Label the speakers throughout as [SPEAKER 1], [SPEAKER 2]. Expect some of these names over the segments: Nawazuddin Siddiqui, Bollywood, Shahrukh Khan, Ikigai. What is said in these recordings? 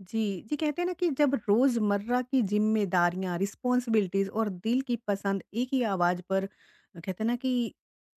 [SPEAKER 1] जी, जी कहते हैं ना कि जब रोज़मर्रा की ज़िम्मेदारियाँ, रिस्पॉन्सिबिलिटीज़ और दिल की पसंद एक ही आवाज़ पर कहते हैं ना कि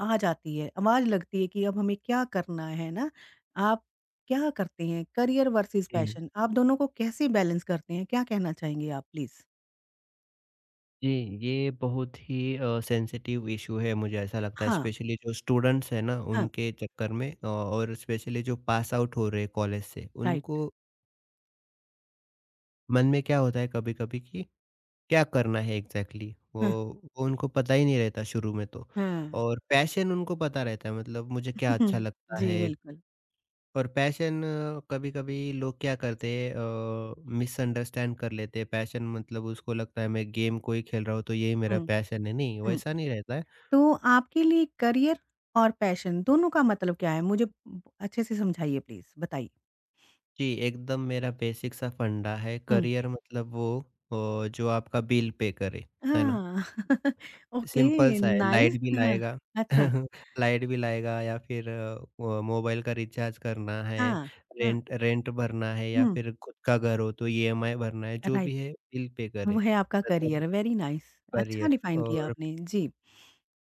[SPEAKER 1] आ जाती है, आवाज़ लगती है कि अब हमें क्या करना है ना? आप क्या करते हैं? करियर वर्सेस
[SPEAKER 2] जी,
[SPEAKER 1] पैशन, आप दोनों को कैसे बैलेंस करते हैं? क्या कहना चाहेंगे आप प्लीज़?
[SPEAKER 2] जी, ये बहुत ही सेंसिटिव इशू है मुझे ऐसा लगता है।
[SPEAKER 1] हाँ,
[SPEAKER 2] स्पेशली जो स्टूडेंट्स हैं ना
[SPEAKER 1] हाँ,
[SPEAKER 2] उनके चक्कर में और स्पेशली जो पास आउट हो रहे हैं कॉलेज से,
[SPEAKER 1] राइट।
[SPEAKER 2] उनको मन में क्या होता है कभी-कभी कि क्या करना है एग्जैक्टली exactly?
[SPEAKER 1] हाँ।
[SPEAKER 2] वो उनको पता ही नहीं रहता शुरू में। तो
[SPEAKER 1] हुँ।
[SPEAKER 2] और पैशन उनको पता रहता है, मतलब मुझे क्या अच्छा लगता
[SPEAKER 1] जी,
[SPEAKER 2] है।
[SPEAKER 1] बिल्कुल।
[SPEAKER 2] और पैशन, कभी-कभी लोग क्या करते हैं मिसअंडरस्टैंड कर लेते हैं। पैशन मतलब उसको लगता है मैं गेम को ही खेल रहा हूँ तो यही मेरा
[SPEAKER 1] हुँ,
[SPEAKER 2] पैशन है। नहीं,
[SPEAKER 1] हुँ।
[SPEAKER 2] वैसा नहीं रहता है।
[SPEAKER 1] तो आपके लिए करियर और पैशन दोनों का मतलब क्या है? मुझे ब अच्छे से समझाइए प्लीज़, बताइए?
[SPEAKER 2] जी, एकदम मेरा बेसिक सा फंडा है,
[SPEAKER 1] हुँ।
[SPEAKER 2] करियर मतलब वो जो आपका बिल पे करे, है ना।
[SPEAKER 1] हाँ,
[SPEAKER 2] सिंपल
[SPEAKER 1] ओके,
[SPEAKER 2] सा है,
[SPEAKER 1] नाइस,
[SPEAKER 2] लाइट बिल
[SPEAKER 1] हाँ,
[SPEAKER 2] आएगा
[SPEAKER 1] अच्छा,
[SPEAKER 2] लाइट बिल आएगा या फिर वो मोबाइल का रिचार्ज करना है,
[SPEAKER 1] हाँ, हाँ,
[SPEAKER 2] रेंट रेंट भरना है या
[SPEAKER 1] हुँ,
[SPEAKER 2] फिर खुद का घर हो तो ईएमआई भरना है, जो
[SPEAKER 1] राइट,
[SPEAKER 2] भी है बिल पे
[SPEAKER 1] वो
[SPEAKER 2] करे।
[SPEAKER 1] है आपका
[SPEAKER 2] मतलब
[SPEAKER 1] करियर, वेरी नाइस, अच्छा
[SPEAKER 2] करियर।
[SPEAKER 1] डिफाइन किया
[SPEAKER 2] और
[SPEAKER 1] आपने, जी,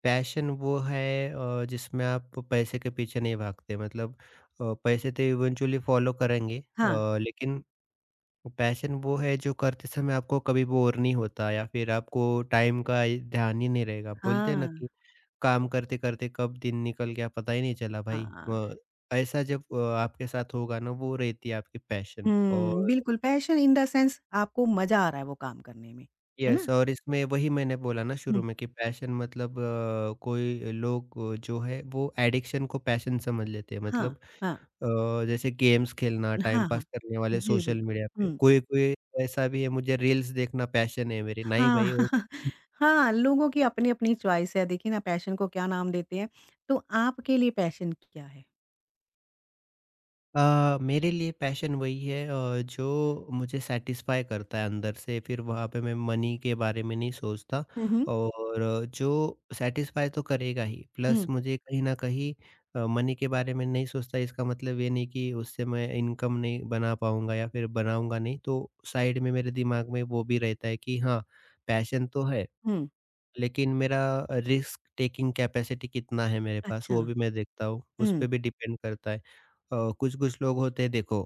[SPEAKER 2] पैशन वो है जिसमें आप पैसे के पीछे नहीं भागते। मतलब पैसे तो इवेंचुअली फॉलो करेंगे,
[SPEAKER 1] हाँ,
[SPEAKER 2] लेकिन पैशन वो है जो करते समय आपको कभी बोर नहीं होता या फिर आपको टाइम का ये ध्यान ही नहीं रहेगा। बोलते हैं ना
[SPEAKER 1] हाँ,
[SPEAKER 2] कि काम करते करते कब दिन निकल गया पता ही नहीं चला भाई।
[SPEAKER 1] हाँ,
[SPEAKER 2] ऐसा जब आपके साथ होगा ना, वो रहती है आपकी पैशन।
[SPEAKER 1] हुँ,
[SPEAKER 2] और
[SPEAKER 1] बिल्कुल, पैशन इन द सेंस आपको मज़ा आ रहा है वो काम करने में, है
[SPEAKER 2] यस,
[SPEAKER 1] ना?
[SPEAKER 2] और इसमें वही मैंने बोला ना शुरू
[SPEAKER 1] हुँ,
[SPEAKER 2] में कि पैशन मतलब कोई लोग जो है वो एडिक्शन को पैशन समझ लेते हैं।
[SPEAKER 1] हाँ,
[SPEAKER 2] मतलब
[SPEAKER 1] हाँ,
[SPEAKER 2] अ, जैसे गेम्स खेलना, टाइम
[SPEAKER 1] हाँ, हाँ,
[SPEAKER 2] पास करने वाले
[SPEAKER 1] जी,
[SPEAKER 2] सोशल
[SPEAKER 1] बिल्कुल,
[SPEAKER 2] मीडिया पे,
[SPEAKER 1] हुँ,
[SPEAKER 2] कोई-कोई ऐसा भी है मुझे रील्स देखना पैशन है मेरी। नहीं
[SPEAKER 1] हाँ,
[SPEAKER 2] भाई, वो
[SPEAKER 1] हाँ, लोगों की अपनी-अपनी चॉइस है, देखिए ना पैशन को क्या नाम देते हैं। तो आपके लिए पैशन क्या है?
[SPEAKER 2] मेरे लिए पैशन वही है जो मुझे सेटिस्फाई करता है अंदर से। फिर वहाँ पे मैं मनी के बारे में नहीं सोचता।
[SPEAKER 1] हुँ, हुँ,
[SPEAKER 2] और जो सेटिस्फाई तो करेगा ही, प्लस
[SPEAKER 1] हुँ,
[SPEAKER 2] मुझे कहीं ना कहीं मनी के बारे में नहीं सोचता, इसका मतलब ये नहीं कि उससे मैं इनकम नहीं बना पाऊंगा या फिर बनाऊंगा नहीं। तो साइड में मेरे दिमाग में वो भी रहता है कि हाँ, पैशन तो है,
[SPEAKER 1] हुँ,
[SPEAKER 2] लेकिन मेरा रिस्क टेकिंग कैपेसिटी कितना है मेरे पास
[SPEAKER 1] अच्छा।
[SPEAKER 2] वो भी मैं देखता हूँ, उस
[SPEAKER 1] हुँ,
[SPEAKER 2] पर भी डिपेंड करता है। कुछ-कुछ लोग होते हैं, देखो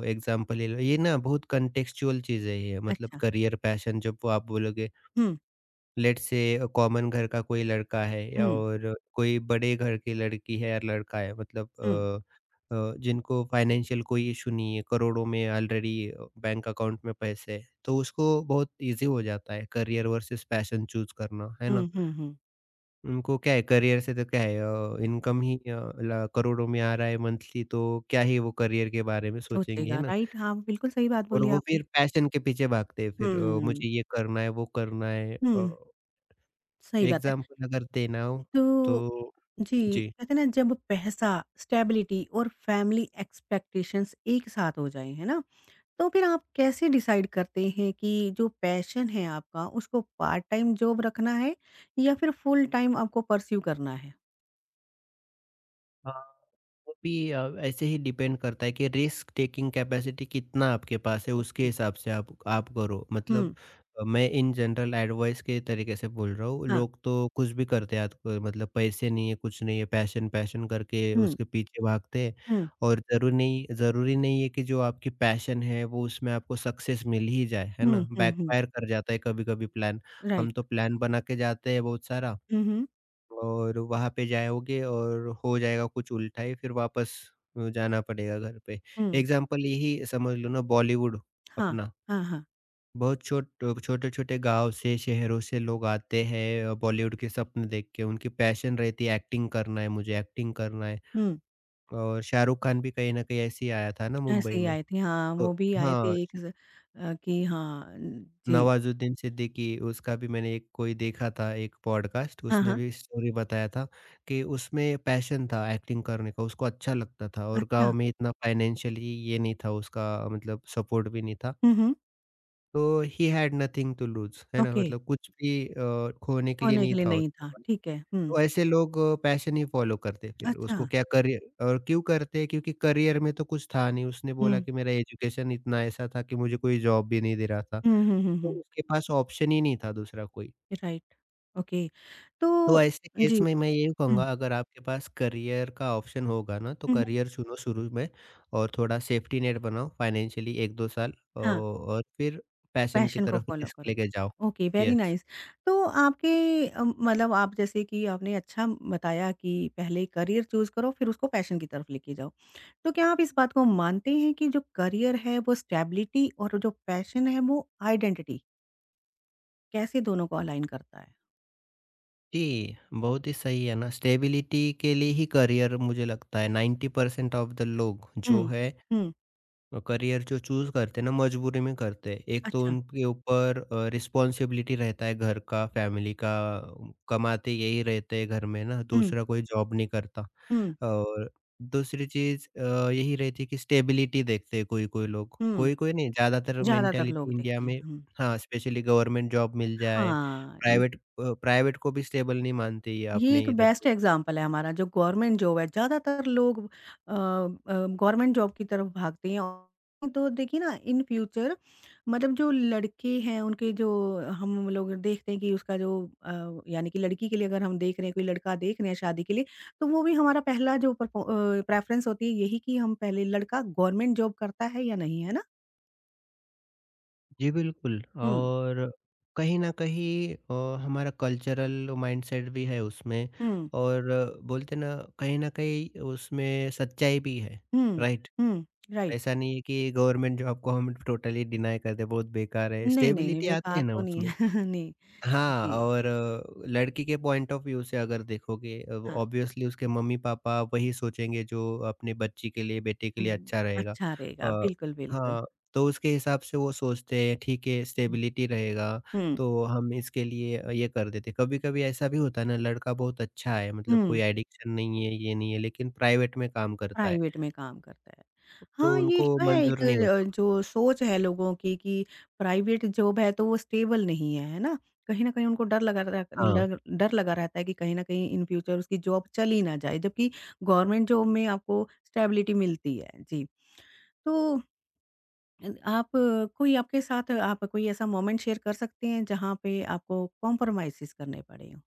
[SPEAKER 2] एग्ज़ाम्पल ले लो। ये ना बहुत कॉन्टेक्सचुअल चीज़ है ये, मतलब
[SPEAKER 1] अच्छा।
[SPEAKER 2] करियर पैशन जब वो आप बोलोगे।
[SPEAKER 1] हुँ,
[SPEAKER 2] लेट्स से कॉमन घर का कोई लड़का है या
[SPEAKER 1] हुँ,
[SPEAKER 2] और कोई बड़े घर की लड़की है या लड़का है, मतलब
[SPEAKER 1] हुँ,
[SPEAKER 2] अ जिनको फाइनेंशियल कोई इशू नहीं है, करोड़ों में ऑलरेडी बैंक अकाउंट में पैसे हैं, तो उसको बहुत ईज़ी हो जाता है करियर वर्सेस पैशन चूज़ करना, है
[SPEAKER 1] हुँ,
[SPEAKER 2] ना?
[SPEAKER 1] हुँ, हुँ।
[SPEAKER 2] उनको क्या है, करियर से तो क्या है इनकम ही अ, ल करोड़ों में आ रहा है मंथली, तो क्या ही वो करियर के बारे में सोचेंगे, है
[SPEAKER 1] सोचेगा,
[SPEAKER 2] ना?
[SPEAKER 1] राइट? हाँ, बिल्कुल सही बात
[SPEAKER 2] और
[SPEAKER 1] बोली
[SPEAKER 2] वो
[SPEAKER 1] आपने।
[SPEAKER 2] फिर पैशन के पीछे भागते हैं, फिर
[SPEAKER 1] हुँ,
[SPEAKER 2] मुझे ये करना है, वो करना है।
[SPEAKER 1] हुँ, सही बात है।
[SPEAKER 2] एग्ज़ाम्पल अगर देना हो
[SPEAKER 1] तो
[SPEAKER 2] तो
[SPEAKER 1] जी,
[SPEAKER 2] जी।
[SPEAKER 1] कहते हैं ना जब पैसा, स्टेबिलिटी और फैमिली एक्सपेक्टेशंस एक साथ हो जाएँ, है ना? तो फिर आप कैसे डिसाइड करते हैं कि जो पैशन है आपका उसको पार्ट टाइम जॉब रखना है या फिर फुल टाइम आपको पर्स्यू करना है?
[SPEAKER 2] हाँ, वो भी ऐसे ही डिपेंड करता है कि रिस्क टेकिंग कैपेसिटी कितना आपके पास है उसके
[SPEAKER 1] ओके।
[SPEAKER 2] हिसाब से आप करो।
[SPEAKER 1] हुँ,
[SPEAKER 2] मतलब मैं इन जनरल एडवाइस के तरीके से बोल रहा हूँ।
[SPEAKER 1] हाँ।
[SPEAKER 2] लोग तो कुछ भी करते हैं आजकल, मतलब पैसे नहीं है कुछ नहीं है पैशन पैशन करके
[SPEAKER 1] हुँ,
[SPEAKER 2] उसके पीछे भागते हैं।
[SPEAKER 1] हुँ,
[SPEAKER 2] और जरूरी नहीं है कि जो आपकी पैशन है वो उसमें आपको सक्सेस मिल ही जाए, है
[SPEAKER 1] हुँ,
[SPEAKER 2] ना।
[SPEAKER 1] हुँ, हुँ।
[SPEAKER 2] बैकफायर कर जाता है कभी कभी प्लान।
[SPEAKER 1] राइट।
[SPEAKER 2] हम तो प्लान बना के जाते हैं बहुत सारा
[SPEAKER 1] हुँ, हुँ,
[SPEAKER 2] और वहाँ पे जाओगे और हो जाएगा कुछ उल्टा ही, फिर वापस जाना पड़ेगा घर पे।
[SPEAKER 1] हुँ।
[SPEAKER 2] एग्ज़ाम्पल यही समझ लो ना, बॉलीवुड
[SPEAKER 1] हाँ,
[SPEAKER 2] अपना,
[SPEAKER 1] हाँ, हाँ।
[SPEAKER 2] बहुत छोटे-छोटे गाँव से, शहरों से लोग आते हैं बॉलीवुड के सपने देख के, उनकी पैशन रहती है एक्टिंग करना है मुझे, एक्टिंग करना है।
[SPEAKER 1] हुँ,
[SPEAKER 2] और शाहरुख खान भी कहीं न कहीं ऐसे ही आया था ना
[SPEAKER 1] ऐसे
[SPEAKER 2] मुंबई
[SPEAKER 1] ही
[SPEAKER 2] में।
[SPEAKER 1] आए थे, हाँ,
[SPEAKER 2] तो
[SPEAKER 1] वो भी आए
[SPEAKER 2] हाँ।
[SPEAKER 1] थे एक कि हाँ न जी।
[SPEAKER 2] नवाज़ुद्दीन सिद्दीकी, उसका भी मैंने एक कोई देखा था एक पॉडकास्ट,
[SPEAKER 1] हाँ,
[SPEAKER 2] उसने
[SPEAKER 1] हाँ,
[SPEAKER 2] भी स्टोरी बताया था कि उसमें पैशन था एक्टिंग करने का, उसको अच्छा लगता था और
[SPEAKER 1] अच्छा।
[SPEAKER 2] गाँव में इतना फाइनेंशियली ये नहीं था उसका, मतलब सपोर्ट भी नहीं था।
[SPEAKER 1] हुँ, हुँ,
[SPEAKER 2] तो he had nothing to lose, है ना?
[SPEAKER 1] ओके,
[SPEAKER 2] मतलब कुछ भी खोने के लिए
[SPEAKER 1] होने के
[SPEAKER 2] नहीं
[SPEAKER 1] लिए
[SPEAKER 2] था
[SPEAKER 1] नहीं
[SPEAKER 2] उसके
[SPEAKER 1] था,
[SPEAKER 2] पास।
[SPEAKER 1] ठीक है, हुँ,
[SPEAKER 2] तो ऐसे लोग पैशन ही फॉलो करते, फिर
[SPEAKER 1] अच्छा।
[SPEAKER 2] उसको क्या करियर, और क्यों करते हैं क्योंकि करियर में तो कुछ था नहीं। उसने बोला
[SPEAKER 1] हुँ,
[SPEAKER 2] कि मेरा एजुकेशन इतना ऐसा था कि मुझे कोई जॉब भी नहीं दे रहा था।
[SPEAKER 1] हुँ, हुँ, हुँ,
[SPEAKER 2] तो
[SPEAKER 1] हुँ,
[SPEAKER 2] उसके पास ऑप्शन ही नहीं था दूसरा कोई।
[SPEAKER 1] राइट, ओके, तो
[SPEAKER 2] तो ऐसे
[SPEAKER 1] जी,
[SPEAKER 2] केस में मैं यही कहूँगा,
[SPEAKER 1] हुँ,
[SPEAKER 2] अगर आपके पास करियर का ऑप्शन होगा ना तो
[SPEAKER 1] हुँ, हुँ,
[SPEAKER 2] करियर चुनो शुरू में और थोड़ा सेफ्टी नेट बनाओ फाइनेंशियली 1-2 साल,
[SPEAKER 1] हाँ।
[SPEAKER 2] और फिर पैशन की
[SPEAKER 1] पैशन को
[SPEAKER 2] तरफ
[SPEAKER 1] फ़ॉलो
[SPEAKER 2] रिस्क
[SPEAKER 1] करो।
[SPEAKER 2] लेके जाओ।
[SPEAKER 1] Okay, very
[SPEAKER 2] yes.
[SPEAKER 1] नाइस। तो आपके मतलब आप जैसे कि आपने अच्छा बताया कि पहले करियर चूज़ करो फिर उसको पैशन की तरफ लेके जाओ। तो क्या आप इस बात को मानते हैं कि जो करियर है वो स्टेबिलिटी और जो पैशन है वो आइडेंटिटी, कैसे दोनों को अलाइन करता है?
[SPEAKER 2] जी, बहुत ही सही है ना। स्टेबिलिटी के लिए ही करियर, मुझे लगता है 90% ऑफ द लोग जो
[SPEAKER 1] हुँ,
[SPEAKER 2] है
[SPEAKER 1] हुँ,
[SPEAKER 2] करियर जो चूज़ करते हैं ना मजबूरी में करते हैं। एक तो
[SPEAKER 1] अच्छा।
[SPEAKER 2] उनके ऊपर रिस्पॉन्सिबिलिटी रहता है घर का, फैमिली का, कमाते यही रहते हैं घर में ना,
[SPEAKER 1] हुँ,
[SPEAKER 2] दूसरा कोई जॉब नहीं करता।
[SPEAKER 1] हुँ,
[SPEAKER 2] और दूसरी चीज़ यही रहती है कि स्टेबिलिटी देखते हैं कोई-कोई लोग,
[SPEAKER 1] हुँ।
[SPEAKER 2] कोई-कोई नहीं, ज़्यादातर
[SPEAKER 1] ज़्यादातर लोग
[SPEAKER 2] मेंटालिटी इंडिया
[SPEAKER 1] देखते
[SPEAKER 2] में।
[SPEAKER 1] हैं। हुँ,
[SPEAKER 2] हाँ, स्पेशली गवर्नमेंट जॉब मिल जाए,
[SPEAKER 1] हाँ।
[SPEAKER 2] प्राइवेट अ, प्राइवेट को भी स्टेबल नहीं मानते ये
[SPEAKER 1] ये
[SPEAKER 2] अपने
[SPEAKER 1] एक
[SPEAKER 2] इधर
[SPEAKER 1] बेस्ट
[SPEAKER 2] तो।
[SPEAKER 1] एग्ज़ाम्पल है हमारा जो गवर्नमेंट जॉब है, ज़्यादातर लोग अ, गवर्नमेंट जॉब की तरफ भागते हैं और तो देखिए ना इन फ्यूचर मतलब जो लड़के हैं उनके जो हम लोग देखते हैं कि उसका जो अ, यानी कि लड़की के लिए अगर हम देख रहे हैं, कोई लड़का देख रहे हैं शादी के लिए, तो वो भी हमारा पहला जो प्रेफ़रेंस होती है, यही कि हम पहले लड़का गवर्नमेंट जॉब करता है या नहीं, है ना?
[SPEAKER 2] जी, बिल्कुल।
[SPEAKER 1] हुँ,
[SPEAKER 2] और कहीं न कहीं हमारा कल्चरल माइंडसेट भी है उसमें।
[SPEAKER 1] हुँ,
[SPEAKER 2] और बोलते हैं ना कहीं न कहीं उसमें सच्चाई भी है,
[SPEAKER 1] हुँ,
[SPEAKER 2] राइट?
[SPEAKER 1] हुँ, राइट।
[SPEAKER 2] ऐसा नहीं है कि गवर्नमेंट जॉब को हम टोटली डिनाय कर दें, बहुत बेकार है,
[SPEAKER 1] नहीं, नहीं, नहीं,
[SPEAKER 2] स्टेबिलिटी आती
[SPEAKER 1] बेकार
[SPEAKER 2] है ना
[SPEAKER 1] तो नहीं
[SPEAKER 2] उसमें।
[SPEAKER 1] है। नहीं,
[SPEAKER 2] हाँ,
[SPEAKER 1] जी,
[SPEAKER 2] और लड़की के पॉइंट ऑफ व्यू से अगर देखोगे,
[SPEAKER 1] हाँ।
[SPEAKER 2] ऑब्वियसली उसके मम्मी-पापा वही सोचेंगे जो अपने बच्ची के लिए, बेटे के लिए
[SPEAKER 1] हुँ,
[SPEAKER 2] अच्छा रहेगा।
[SPEAKER 1] अच्छा रहेगा।
[SPEAKER 2] अ,
[SPEAKER 1] बिल्कुल, बिल्कुल।
[SPEAKER 2] हाँ, तो उसके हिसाब से वो सोचते हैं ठीक है
[SPEAKER 1] हुँ,
[SPEAKER 2] स्टेबिलिटी रहेगा,
[SPEAKER 1] हुँ।
[SPEAKER 2] तो हम इसके लिए ये कर देते हैं। कभी-कभी ऐसा भी होता है ना लड़का बहुत अच्छा है, मतलब
[SPEAKER 1] हुँ,
[SPEAKER 2] कोई एडिक्शन नहीं है, ये नहीं है, लेकिन प्राइवेट में काम करता है,
[SPEAKER 1] प्राइवेट में काम करता है।
[SPEAKER 2] तो
[SPEAKER 1] हाँ, ये
[SPEAKER 2] उनको
[SPEAKER 1] है
[SPEAKER 2] मंज़ूर
[SPEAKER 1] एक
[SPEAKER 2] नहीं होता।
[SPEAKER 1] जो सोच है लोगों की, कि प्राइवेट जॉब है तो वो स्टेबल नहीं है, है ना? कहीं न कहीं उनको
[SPEAKER 2] हाँ।
[SPEAKER 1] डर डर लगा रहता है कि कहीं न कहीं इन फ्यूचर उसकी जॉब चली ना जाए, जबकि गवर्नमेंट जॉब में आपको स्टेबिलिटी मिलती है। जी। तो आप कोई आपके साथ आप कोई ऐसा मोमेंट शेयर कर सकते हैं जहाँ पे आपको कॉम्प्रोमाइज़ेज़ करने पड़े हों?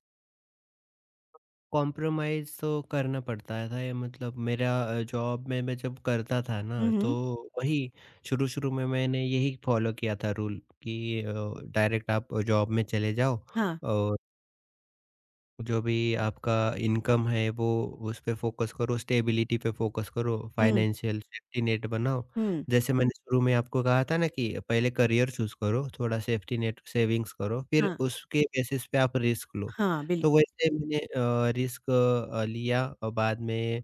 [SPEAKER 2] कॉम्प्रोमाइज़ तो करना पड़ता था, ये मतलब मेरा जॉब में मैं जब करता था
[SPEAKER 1] हुँ,
[SPEAKER 2] ना,
[SPEAKER 1] हुँ।
[SPEAKER 2] तो वही शुरू-शुरू में मैंने यही फॉलो किया था रूल कि डायरेक्ट आप जॉब में चले जाओ,
[SPEAKER 1] हाँ।
[SPEAKER 2] जो भी आपका इनकम है वो उस पे फ़ोकस करो, स्टेबिलिटी पे फ़ोकस करो,
[SPEAKER 1] हुँ।
[SPEAKER 2] फाइनेंशियल सेफ्टी नेट बनाओ।
[SPEAKER 1] हुँ,
[SPEAKER 2] जैसे मैंने शुरू में आपको कहा था ना कि पहले करियर चूज़ करो, थोड़ा सेफ्टी नेट सेविंग्स करो, फिर
[SPEAKER 1] हाँ,
[SPEAKER 2] उसके बेसिस पे आप रिस्क लो।
[SPEAKER 1] हाँ,
[SPEAKER 2] तो
[SPEAKER 1] बिल्कुल।
[SPEAKER 2] वैसे मैंने रिस्क लिया और बाद में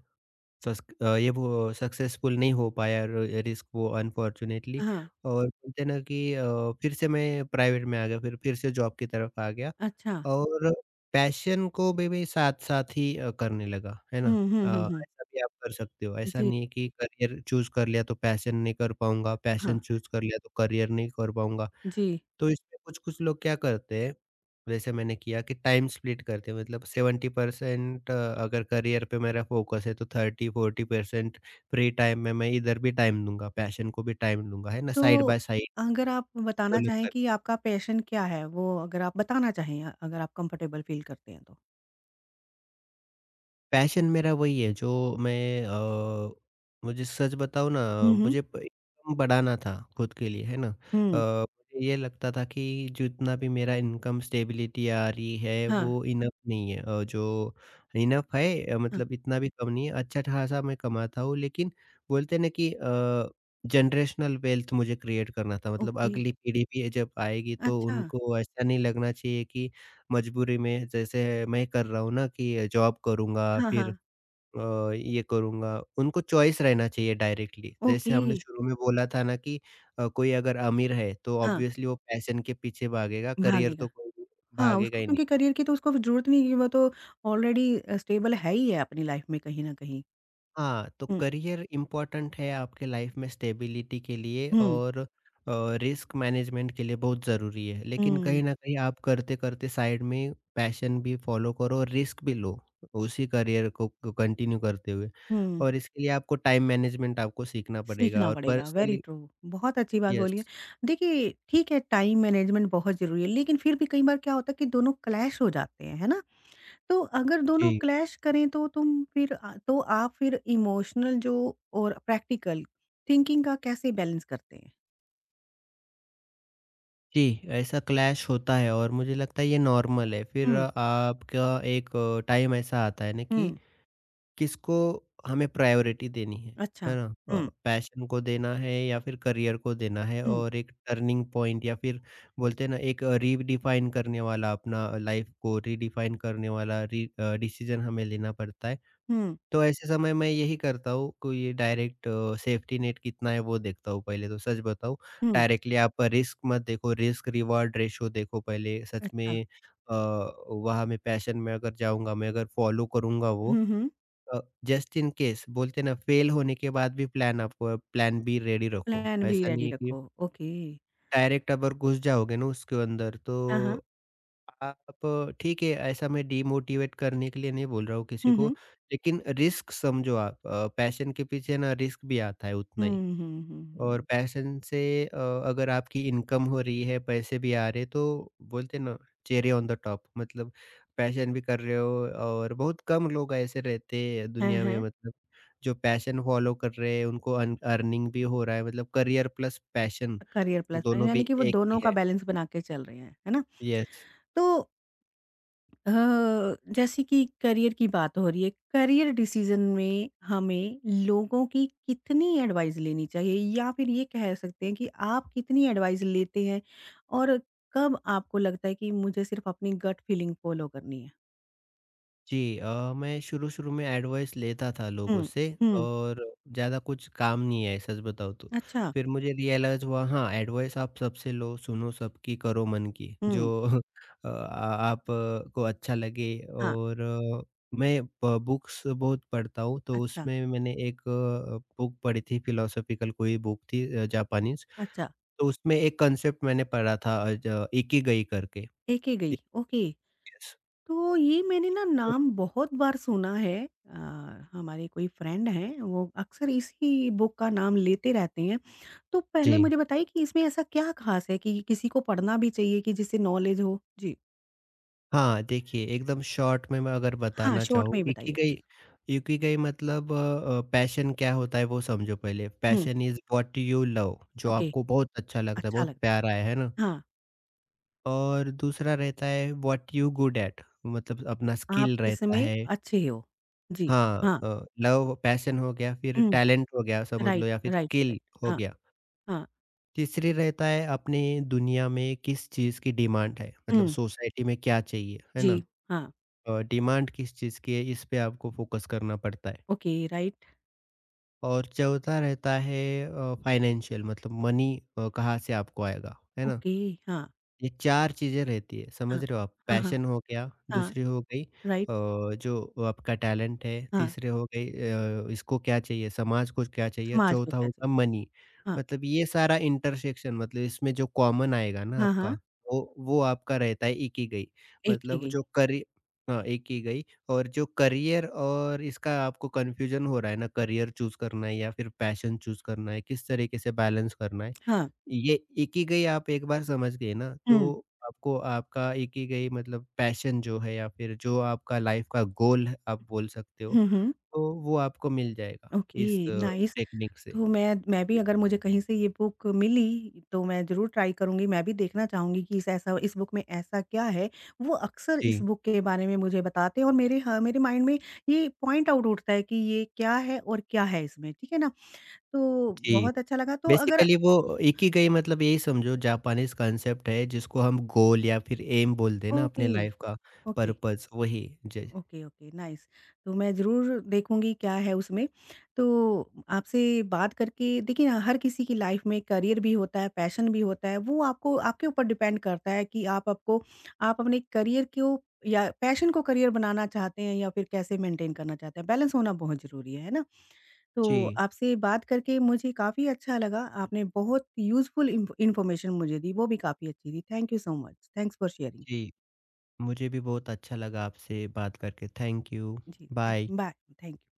[SPEAKER 2] सस अ, ये वो सक्सेसफुल नहीं हो पाया र रिस्क वो अनफॉर्च्युनेटली।
[SPEAKER 1] हाँ,
[SPEAKER 2] और बोलते हैं ना कि फिर से मैं प्राइवेट में आ गया, फिर से जॉब की तरफ आ गया।
[SPEAKER 1] अच्छा।
[SPEAKER 2] और पैशन को भी साथ-साथ ही करने लगा, है ना?
[SPEAKER 1] हुँ,
[SPEAKER 2] अ,
[SPEAKER 1] हुँ, हुँ, हुँ।
[SPEAKER 2] ऐसा भी आप कर सकते हो, ऐसा
[SPEAKER 1] जी,
[SPEAKER 2] नहीं है कि करियर चूज़ कर लिया तो पैशन नहीं कर पाऊँगा,
[SPEAKER 1] हाँ,
[SPEAKER 2] पैशन चूज़ कर लिया तो करियर नहीं कर पाऊँगा।
[SPEAKER 1] जी।
[SPEAKER 2] तो इसमें कुछ-कुछ लोग क्या करते हैं, जैसे मैंने किया कि टाइम स्प्लिट करते हैं, मतलब 70% अगर करियर पे मेरा फ़ोकस है तो 30-40% फ्री टाइम में मैं इधर भी टाइम दूँगा, पैशन को भी टाइम दूँगा, है ना?
[SPEAKER 1] तो
[SPEAKER 2] साइड बाय साइड
[SPEAKER 1] अगर आप बताना
[SPEAKER 2] डेवलप
[SPEAKER 1] चाहें
[SPEAKER 2] कर।
[SPEAKER 1] कि आपका पैशन क्या है? वो अगर आप बताना चाहें, अगर आप कम्फ़र्टेबल फ़ील करते हैं तो?
[SPEAKER 2] पैशन मेरा वही है जो मैं मुझे सच बताऊँ ना,
[SPEAKER 1] हुँ, हुँ।
[SPEAKER 2] मुझे प इनकम बढ़ाना था खुद के लिए, है ना।
[SPEAKER 1] हुँ,
[SPEAKER 2] मुझे ये लगता था कि जितना भी मेरा इनकम स्टेबिलिटी आ रही है
[SPEAKER 1] हाँ,
[SPEAKER 2] वो इनफ नहीं है। जो इनफ है
[SPEAKER 1] हाँ,
[SPEAKER 2] मतलब इतना भी कम नहीं है, अच्छा-खासा मैं कमाता हूँ, लेकिन बोलते हैं ना कि जनरेशनल वेल्थ मुझे क्रिएट करना था, मतलब
[SPEAKER 1] ओके।
[SPEAKER 2] अगली पीढ़ी भी जब आएगी तो
[SPEAKER 1] अच्छा,
[SPEAKER 2] उनको ऐसा नहीं लगना चाहिए कि मजबूरी में जैसे मैं कर रहा हूँ ना कि जॉब करूँगा
[SPEAKER 1] हाँ,
[SPEAKER 2] फिर
[SPEAKER 1] हाँ,
[SPEAKER 2] ये करूँगा, उनको चॉइस रहना चाहिए डायरेक्टली। जैसे
[SPEAKER 1] ओके।
[SPEAKER 2] हमने शुरू में बोला था ना कि कोई अगर अमीर है तो
[SPEAKER 1] हाँ,
[SPEAKER 2] ऑब्वियसली वो पैशन के पीछे भागेगा, करियर
[SPEAKER 1] भागेगा।
[SPEAKER 2] तो कोई भी
[SPEAKER 1] हाँ,
[SPEAKER 2] भागेगा
[SPEAKER 1] उसको
[SPEAKER 2] ही नहीं।
[SPEAKER 1] क्योंकि करियर की तो उसको ज़रूरत नहीं है, वो तो ऑलरेडी स्टेबल है ही है अपनी लाइफ़ में कहीं न कहीं।
[SPEAKER 2] हाँ, तो
[SPEAKER 1] हुँ,
[SPEAKER 2] करियर इम्पोर्टेंट है आपके लाइफ में स्टेबिलिटी के लिए
[SPEAKER 1] हुँ,
[SPEAKER 2] और अ, रिस्क मैनेजमेंट के लिए बहुत ज़रूरी है। लेकिन
[SPEAKER 1] हुँ,
[SPEAKER 2] कहीं न कहीं आप करते-करते साइड में पैशन भी फ़ॉलो करो और रिस्क भी लो, उसी करियर को कंटिन्यू करते हुए।
[SPEAKER 1] हुँ।
[SPEAKER 2] और इसके लिए आपको टाइम मैनेजमेंट आपको सीखना पड़ेगा
[SPEAKER 1] सीखना
[SPEAKER 2] और
[SPEAKER 1] पड़ेगा, वेरी
[SPEAKER 2] पर्सनली
[SPEAKER 1] ट्रू। बहुत अच्छी बात बोली है।
[SPEAKER 2] यस,
[SPEAKER 1] देखिए, ठीक है टाइम मैनेजमेंट बहुत ज़रूरी है, लेकिन फिर भी कई बार क्या होता है कि दोनों क्लैश हो जाते हैं, है ना? तो अगर दोनों
[SPEAKER 2] जी।
[SPEAKER 1] क्लैश करें तो आप फिर इमोशनल जो और प्रैक्टिकल थिंकिंग का कैसे बैलेंस करते हैं?
[SPEAKER 2] जी, ऐसा क्लैश होता है और मुझे लगता है ये नॉर्मल है। फिर
[SPEAKER 1] हुँ,
[SPEAKER 2] आपका एक टाइम ऐसा आता है ना कि
[SPEAKER 1] हुँ,
[SPEAKER 2] किसको हमें प्रायोरिटी देनी
[SPEAKER 1] अच्छा।
[SPEAKER 2] है ना?
[SPEAKER 1] हुँ,
[SPEAKER 2] पैशन को देना है या फिर करियर को देना है,
[SPEAKER 1] हुँ,
[SPEAKER 2] और एक टर्निंग पॉइंट या फिर बोलते हैं ना एक रीडिफाइन करने वाला, अपना लाइफ को रीडिफाइन करने वाला री अ, डिसीजन हमें लेना पड़ता है।
[SPEAKER 1] हुँ,
[SPEAKER 2] तो ऐसे समय मैं यही करता हूँ, कोई डायरेक्ट सेफ्टी नेट कितना है वो देखता हूँ पहले, तो सच बताऊँ।
[SPEAKER 1] हुँ,
[SPEAKER 2] डायरेक्टली आप रिस्क मत देखो, रिस्क रिवार्ड रेशियो देखो पहले सच
[SPEAKER 1] अच्छा।
[SPEAKER 2] में। अ, वहाँ मैं पैशन में अगर जाऊँगा, मैं अगर फॉलो करूँगा वो,
[SPEAKER 1] हुँ, हुँ,
[SPEAKER 2] अ, जस्ट इन केस बोलते ना फेल होने के बाद भी प्लान, आपको प्लान बी रेडी रखो।
[SPEAKER 1] प्लान भी
[SPEAKER 2] ऐसा नहीं
[SPEAKER 1] रेडी
[SPEAKER 2] है कि
[SPEAKER 1] रखो, ओके।
[SPEAKER 2] डायरेक्ट अगर घुस जाओगे ना उसके अंदर तो
[SPEAKER 1] हाँ, हाँ।
[SPEAKER 2] आप ठीक है, ऐसा मैं डिमोटिवेट करने के लिए नहीं बोल रहा हूँ किसी
[SPEAKER 1] हुँ,
[SPEAKER 2] को,
[SPEAKER 1] हुँ।
[SPEAKER 2] लेकिन रिस्क समझो आप, पैशन के पीछे ना रिस्क भी आता है
[SPEAKER 1] हुँ,
[SPEAKER 2] उतना ही।
[SPEAKER 1] हुँ, हुँ,
[SPEAKER 2] और
[SPEAKER 1] हुँ।
[SPEAKER 2] पैशन से अ, अगर आपकी इनकम हो रही है, पैसे भी आ रहे हैं, तो बोलते हैं ना चेरी ऑन द टॉप, मतलब पैशन भी कर रहे हो और बहुत कम लोग ऐसे रहते हैं
[SPEAKER 1] हैं,
[SPEAKER 2] दुनिया में,
[SPEAKER 1] हैं।
[SPEAKER 2] मतलब जो पैशन फॉलो कर रहे हैं उनको अन अर्निंग भी हो रहा है, मतलब career plus passion
[SPEAKER 1] career plus है,
[SPEAKER 2] दोनों
[SPEAKER 1] यानी
[SPEAKER 2] भी
[SPEAKER 1] कि वो
[SPEAKER 2] एक ही
[SPEAKER 1] दोनों का
[SPEAKER 2] है।
[SPEAKER 1] बैलेंस बना के चल रहे हैं, है ना?
[SPEAKER 2] यस।
[SPEAKER 1] तो अ, जैसे कि करियर की बात हो रही है, करियर डिसीज़न में हमें लोगों की कितनी एडवाइस लेनी चाहिए या फिर ये कह सकते हैं कि आप कितनी एडवाइस लेते हैं और कब आपको लगता है कि मुझे सिर्फ़ अपनी गट फीलिंग फ़ॉलो करनी है?
[SPEAKER 2] जी, मैं शुरू-शुरू में एडवाइस लेता था लोगों
[SPEAKER 1] हुँ,
[SPEAKER 2] से
[SPEAKER 1] हुँ,
[SPEAKER 2] और ज़्यादा कुछ काम नहीं आए सच बताऊँ तो।
[SPEAKER 1] अच्छा,
[SPEAKER 2] फिर मुझे रियलाइज़ हुआ, हाँ, एडवाइस आप सबसे लो, सुनो सबकी, करो मन की, जो
[SPEAKER 1] हुँ,
[SPEAKER 2] आप को अच्छा लगे।
[SPEAKER 1] हाँ,
[SPEAKER 2] और मैं ब बुक्स बहुत पढ़ता हूँ, तो
[SPEAKER 1] अच्छा,
[SPEAKER 2] उसमें मैंने एक बुक पढ़ी थी फिलोसॉफ़िकल, कोई बुक थी जापानीज़,
[SPEAKER 1] अच्छा,
[SPEAKER 2] तो उसमें एक कॉन्सेप्ट मैंने पढ़ा था, अ, ज इकिगाई करके।
[SPEAKER 1] एक ही गई, ओके।
[SPEAKER 2] Yes.
[SPEAKER 1] तो ये मैंने ना नाम बहुत बार सुना है, अ, हमारे कोई फ्रेंड हैं वो अक्सर इसी बुक का नाम लेते रहते हैं। तो पहले
[SPEAKER 2] जी।
[SPEAKER 1] मुझे बताइए कि इसमें ऐसा क्या ख़ास है कि किसी को पढ़ना भी चाहिए कि जिससे नॉलेज हो? जी।
[SPEAKER 2] हाँ, देखिए एकदम शॉर्ट में मैं अगर
[SPEAKER 1] हाँ,
[SPEAKER 2] बताना
[SPEAKER 1] शॉर्ट
[SPEAKER 2] चाहूँ
[SPEAKER 1] में ही बताइए
[SPEAKER 2] इकिगाई।
[SPEAKER 1] प्लीज़।
[SPEAKER 2] इकिगाई मतलब पैशन क्या होता है वो समझो पहले।
[SPEAKER 1] हुँ,
[SPEAKER 2] passion is what you love, जो
[SPEAKER 1] ओके,
[SPEAKER 2] आपको बहुत अच्छा लगता है,
[SPEAKER 1] अच्छा
[SPEAKER 2] बहुत
[SPEAKER 1] लगा।
[SPEAKER 2] प्यारा है ना?
[SPEAKER 1] हाँ,
[SPEAKER 2] और दूसरा रहता है व्हाट यू गुड एट, मतलब अपना
[SPEAKER 1] आप
[SPEAKER 2] स्किल रहता
[SPEAKER 1] किसमें
[SPEAKER 2] है।
[SPEAKER 1] अच्छे हो? जी,
[SPEAKER 2] हाँ,
[SPEAKER 1] हाँ,
[SPEAKER 2] लव पैशन हो गया, फिर
[SPEAKER 1] हुँ,
[SPEAKER 2] टैलेंट हो गया समझ
[SPEAKER 1] राइट,
[SPEAKER 2] लो या फिर
[SPEAKER 1] राइट,
[SPEAKER 2] स्किल
[SPEAKER 1] राइट।
[SPEAKER 2] हो
[SPEAKER 1] हाँ,
[SPEAKER 2] गया।
[SPEAKER 1] हाँ,
[SPEAKER 2] तीसरी रहता है अपने दुनिया में किस चीज़ की डिमांड है, मतलब
[SPEAKER 1] हुँ,
[SPEAKER 2] सोसाइटी में क्या चाहिए, है
[SPEAKER 1] जी,
[SPEAKER 2] ना?
[SPEAKER 1] हाँ,
[SPEAKER 2] डिमांड किस चीज़ की है इस पे आपको फ़ोकस करना पड़ता है।
[SPEAKER 1] ओके, राइट,
[SPEAKER 2] और चौथा रहता है फाइनेंशियल, मतलब मनी कहाँ से आपको आएगा, है ना?
[SPEAKER 1] ओके, हाँ,
[SPEAKER 2] ये 4 चीज़ें रहती है,
[SPEAKER 1] हाँ,
[SPEAKER 2] समझ रहे हो आप?
[SPEAKER 1] हाँ, हाँ,
[SPEAKER 2] पैशन हो गया,
[SPEAKER 1] हाँ,
[SPEAKER 2] दूसरी हो गई
[SPEAKER 1] राइट,
[SPEAKER 2] जो आपका टैलेंट है,
[SPEAKER 1] हाँ।
[SPEAKER 2] तीसरे हो गई इसको क्या चाहिए, समाज को क्या चाहिए, और
[SPEAKER 1] समाज को
[SPEAKER 2] चौथा
[SPEAKER 1] क्या
[SPEAKER 2] होगा
[SPEAKER 1] चाहिए?
[SPEAKER 2] मनी।
[SPEAKER 1] हाँ,
[SPEAKER 2] मतलब ये सारा इंटरसेक्शन, मतलब इसमें जो कॉमन आएगा ना
[SPEAKER 1] हाँ,
[SPEAKER 2] आपका,
[SPEAKER 1] हाँ,
[SPEAKER 2] वो आपका रहता है इकिगाई।
[SPEAKER 1] एक की
[SPEAKER 2] मतलब
[SPEAKER 1] गई।
[SPEAKER 2] जो करि हाँ, इकिगाई। और जो करियर और इसका आपको कन्फ्यूज़न हो रहा है ना, करियर चूज़ करना है या फिर पैशन चूज़ करना है, किस तरीके से बैलेंस करना है।
[SPEAKER 1] हाँ,
[SPEAKER 2] ये इकिगाई आप एक बार समझ गए ना,
[SPEAKER 1] हुँ,
[SPEAKER 2] तो आपको आपका इकिगाई मतलब पैशन जो है या फिर जो आपका लाइफ़ का गोल है आप बोल सकते हो,
[SPEAKER 1] हुँ, हुँ,
[SPEAKER 2] तो वो आपको मिल जाएगा इस
[SPEAKER 1] ओके, नाइस।
[SPEAKER 2] टेक्निक से।
[SPEAKER 1] तो मैं भी अगर मुझे कहीं से ये बुक मिली, तो मैं ज़रूर ट्राई करूँगी, मैं भी देखना चाहूँगी कि इस बुक में ऐसा क्या है? वो अक्सर इस
[SPEAKER 2] जी,
[SPEAKER 1] बुक के बारे में मुझे बताते हैं और मेरे माइंड में ये पॉइंट आउट उठता है कि ये क्या है और क्या है इसमें, ठीक है ना? तो
[SPEAKER 2] जी।
[SPEAKER 1] बहुत अच्छा लगा, तो अगर
[SPEAKER 2] बेसिकली वो इकिगाई मतलब यही समझो, जापानीज़ कॉन्सेप्ट है जिसको हम गोल या फिर एम बोलते हैं ना
[SPEAKER 1] ओके,
[SPEAKER 2] अपने लाइफ़ का
[SPEAKER 1] ओके।
[SPEAKER 2] पर्पस, वही। जी,
[SPEAKER 1] ओके, ओके, नाइस। तो मैं ज़रूर देखूँगी क्या है उसमें। तो आपसे बात करके देखिए ना, हर किसी की लाइफ़ में करियर भी होता है, पैशन भी होता है, वो आपको आपके ऊपर डिपेंड करता है कि आप अपने करियर को या पैशन को करियर बनाना चाहते हैं या फिर कैसे मेंटेन करना चाहते हैं, बैलेंस होना बहुत ज़रूरी है ना? तो
[SPEAKER 2] जी,
[SPEAKER 1] आपसे बात करके मुझे काफ़ी अच्छा लगा, आपने बहुत यूज़फुल इन्फॉर्मेशन मुझे दी, वो भी काफ़ी अच्छी थी। Thank you so much. Thanks for sharing.
[SPEAKER 2] जी। मुझे भी बहुत अच्छा लगा आपसे बात करके। Thank you.
[SPEAKER 1] जी, thank
[SPEAKER 2] bye.
[SPEAKER 1] Bye, thank you.